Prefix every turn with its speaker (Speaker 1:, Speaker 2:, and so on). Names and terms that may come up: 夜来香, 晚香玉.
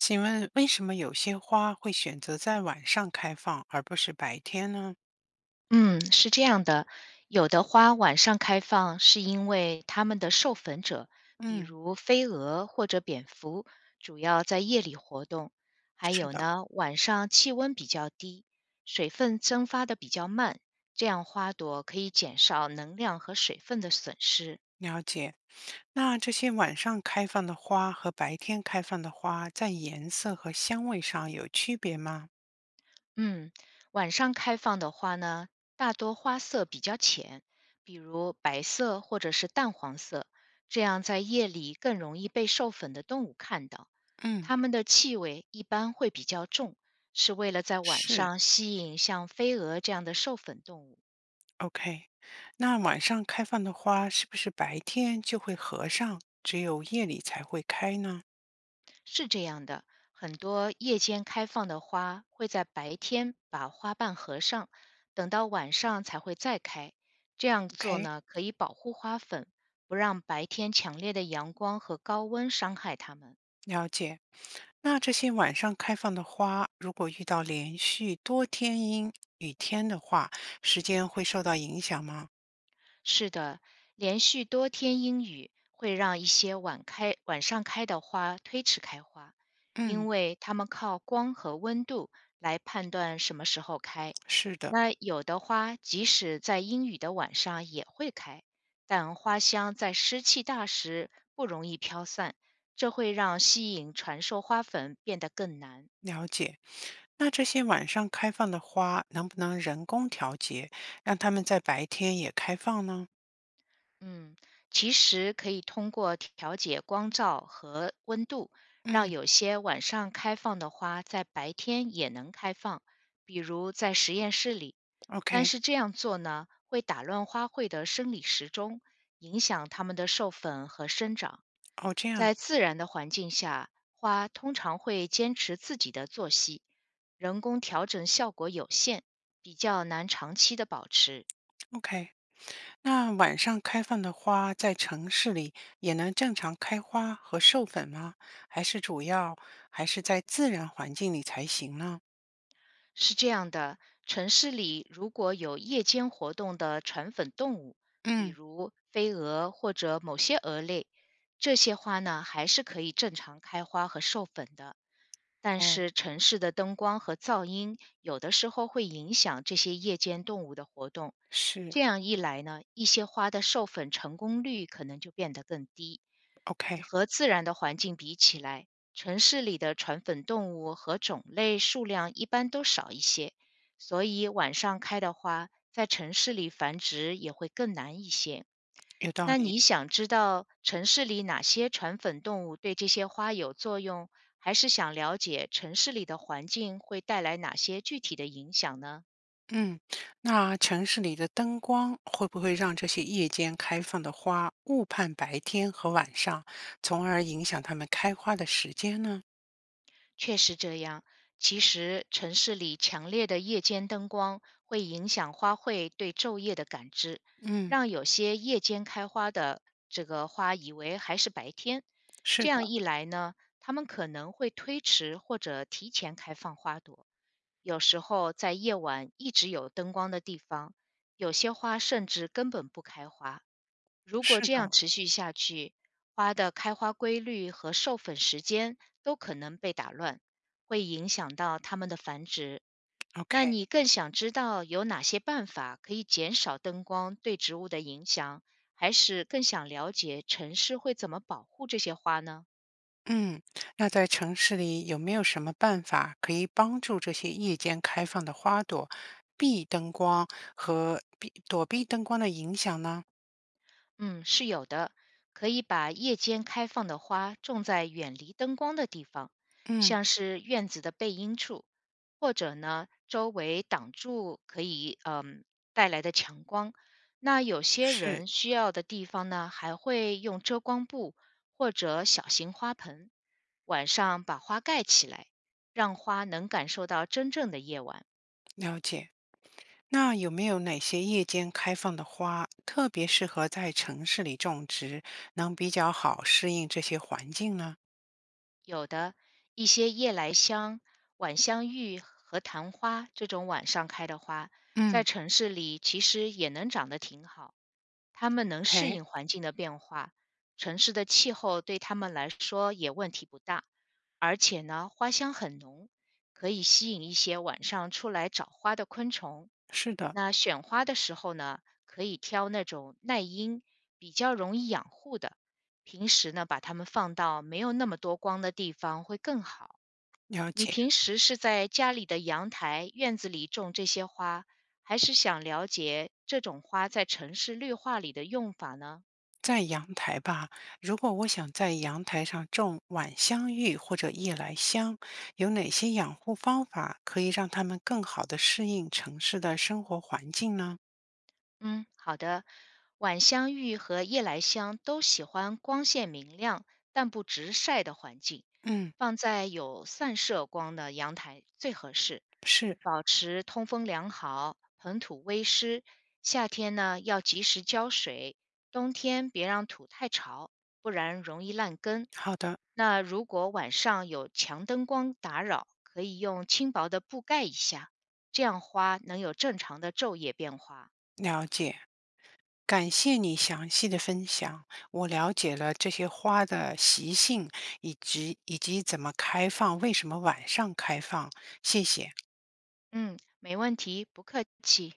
Speaker 1: 请问为什么有些花会选择在晚上开放，而不是白天呢？
Speaker 2: 嗯，是这样的，有的花晚上开放是因为它们的授粉者，比
Speaker 1: 嗯，
Speaker 2: 如飞蛾或者蝙蝠，主要在夜里活动。还
Speaker 1: 是
Speaker 2: 有
Speaker 1: 的，
Speaker 2: 呢，晚上气温比较低，水分蒸发的比较慢，这样花朵可以减少能量和水分的损失。
Speaker 1: 了解。那这些晚上开放的花和白天开放的花，在颜色和香味上有区别吗？
Speaker 2: 嗯，晚上开放的花呢，大多花色比较浅，比如白色或者是淡黄色，这样在夜里更容易被授粉的动物看到。
Speaker 1: 嗯，
Speaker 2: 它们的气味一般会比较重，是为了在晚
Speaker 1: 是
Speaker 2: 上吸引像飞蛾这样的授粉动物。
Speaker 1: ，OK。那晚上开放的花是不是白天就会合上，只有夜里才会开呢
Speaker 2: 是这样的，很多夜间开放的花会在白天把花瓣合上，等到晚上才会再开。这样做
Speaker 1: ？OK。
Speaker 2: 呢，可以保护花粉，不让白天强烈的阳光和高温伤害它们。
Speaker 1: 了解。那这些晚上开放的花，如果遇到连续多天阴雨天的话，时间会受到影响吗？
Speaker 2: 是的，连续多天阴雨会让一些晚上开的花推迟开花，
Speaker 1: 嗯，
Speaker 2: 因为它们靠光和温度来判断什么时候开。
Speaker 1: 是的，
Speaker 2: 那有的花即使在阴雨的晚上也会开，但花香在湿气大时不容易飘散，这会让吸引传授花粉变得更难。
Speaker 1: 了解。那这些晚上开放的花，能不能人工调节，让它们在白天也开放呢？
Speaker 2: 嗯，其实可以通过调节光照和温度，让
Speaker 1: 嗯
Speaker 2: 有些晚上开放的花在白天也能开放，比如在实验室里。但
Speaker 1: ，OK，
Speaker 2: 是这样做呢，会打乱花卉的生理时钟，影响它们的授粉和生长。
Speaker 1: 哦，这样
Speaker 2: 在自然的环境下，花通常会坚持自己的作息，人工调整效果有限，比较难长期的保持。
Speaker 1: ，OK。那晚上开放的花，在城市里也能正常开花和授粉吗？还是主要还是在自然环境里才行呢？
Speaker 2: 是这样的，城市里如果有夜间活动的传粉动物，比
Speaker 1: 嗯。
Speaker 2: 如飞蛾或者某些蛾类，这些花呢还是可以正常开花和授粉的。但
Speaker 1: 哦，
Speaker 2: 是城市的灯光和噪音有的时候会影响这些夜间动物的活动，
Speaker 1: 是
Speaker 2: 这样一来呢，一些花的授粉成功率可能就变得更低。
Speaker 1: ，OK，
Speaker 2: 和自然的环境比起来，城市里的传粉动物和种类数量一般都少一些，所以晚上开的花，在城市里繁殖也会更难一些。
Speaker 1: 有道
Speaker 2: 那
Speaker 1: 理。
Speaker 2: 你想知道城市里哪些传粉动物对这些花有作用，还是想了解城市里的环境会带来哪些具体的影响呢？
Speaker 1: 嗯，那城市里的灯光会不会让这些夜间开放的花误判白天和晚上，从而影响它们开花的时间呢？
Speaker 2: 确实这样。其实，城市里强烈的夜间灯光会影响花卉对昼夜的感知，
Speaker 1: 嗯，
Speaker 2: 让有些夜间开花的这个花以为还是白天。
Speaker 1: 是
Speaker 2: 这样
Speaker 1: 的，
Speaker 2: 一来呢，它们可能会推迟或者提前开放花朵。有时候，在夜晚一直有灯光的地方，有些花甚至根本不开花。如果
Speaker 1: 是
Speaker 2: 这
Speaker 1: 的
Speaker 2: 样持续下去，花的开花规律和授粉时间都可能被打乱，会影响到它们的繁殖。那
Speaker 1: ，OK。
Speaker 2: 你更想知道有哪些办法可以减少灯光对植物的影响，还是更想了解城市会怎么保护这些花呢？
Speaker 1: 嗯，那在城市里有没有什么办法可以帮助这些夜间开放的花朵避灯光和避躲避灯光的影响呢？
Speaker 2: 嗯，是有的，可以把夜间开放的花种在远离灯光的地方，
Speaker 1: 嗯，
Speaker 2: 像是院子的背阴处，或者呢，周围挡住可以带来的强光。那有些
Speaker 1: 是，
Speaker 2: 人需要的地方呢，还会用遮光布或者小型花盆，晚上把花盖起来，让花能感受到真正的夜晚。
Speaker 1: 了解。那有没有哪些夜间开放的花特别适合在城市里种植，能比较好适应这些环境呢？
Speaker 2: 有的一些夜来香、晚香玉和昙花这种晚上开的花，在
Speaker 1: 嗯，
Speaker 2: 城市里其实也能长得挺好。它们能适
Speaker 1: 哎，
Speaker 2: 应环境的变化，城市的气候对它们来说也问题不大。而且呢，花香很浓，可以吸引一些晚上出来找花的昆虫。
Speaker 1: 是的，
Speaker 2: 那选花的时候呢，可以挑那种耐阴、比较容易养护的。平时呢，把它们放到没有那么多光的地方会更好。
Speaker 1: 了
Speaker 2: 你
Speaker 1: 解。
Speaker 2: 平时是在家里的阳台、院子里种这些花，还是想了解这种花在城市绿化里的用法呢？
Speaker 1: 在阳台吧，如果我想在阳台上种晚香玉或者夜来香，有哪些养护方法可以让它们更好的适应城市的生活环境呢？
Speaker 2: 嗯，好的。晚香玉和夜来香都喜欢光线明亮但不直晒的环境，
Speaker 1: 嗯，
Speaker 2: 放在有散射光的阳台最合适，
Speaker 1: 是，
Speaker 2: 保持通风良好，盆土微湿。夏天呢要及时浇水，冬天别让土太潮，不然容易烂根。
Speaker 1: 好的，
Speaker 2: 那如果晚上有强灯光打扰，可以用轻薄的布盖一下，这样花能有正常的昼夜变化。
Speaker 1: 了解。感谢你详细的分享，我了解了这些花的习性，以及怎么开放，为什么晚上开放，谢谢。
Speaker 2: 嗯，没问题，不客气。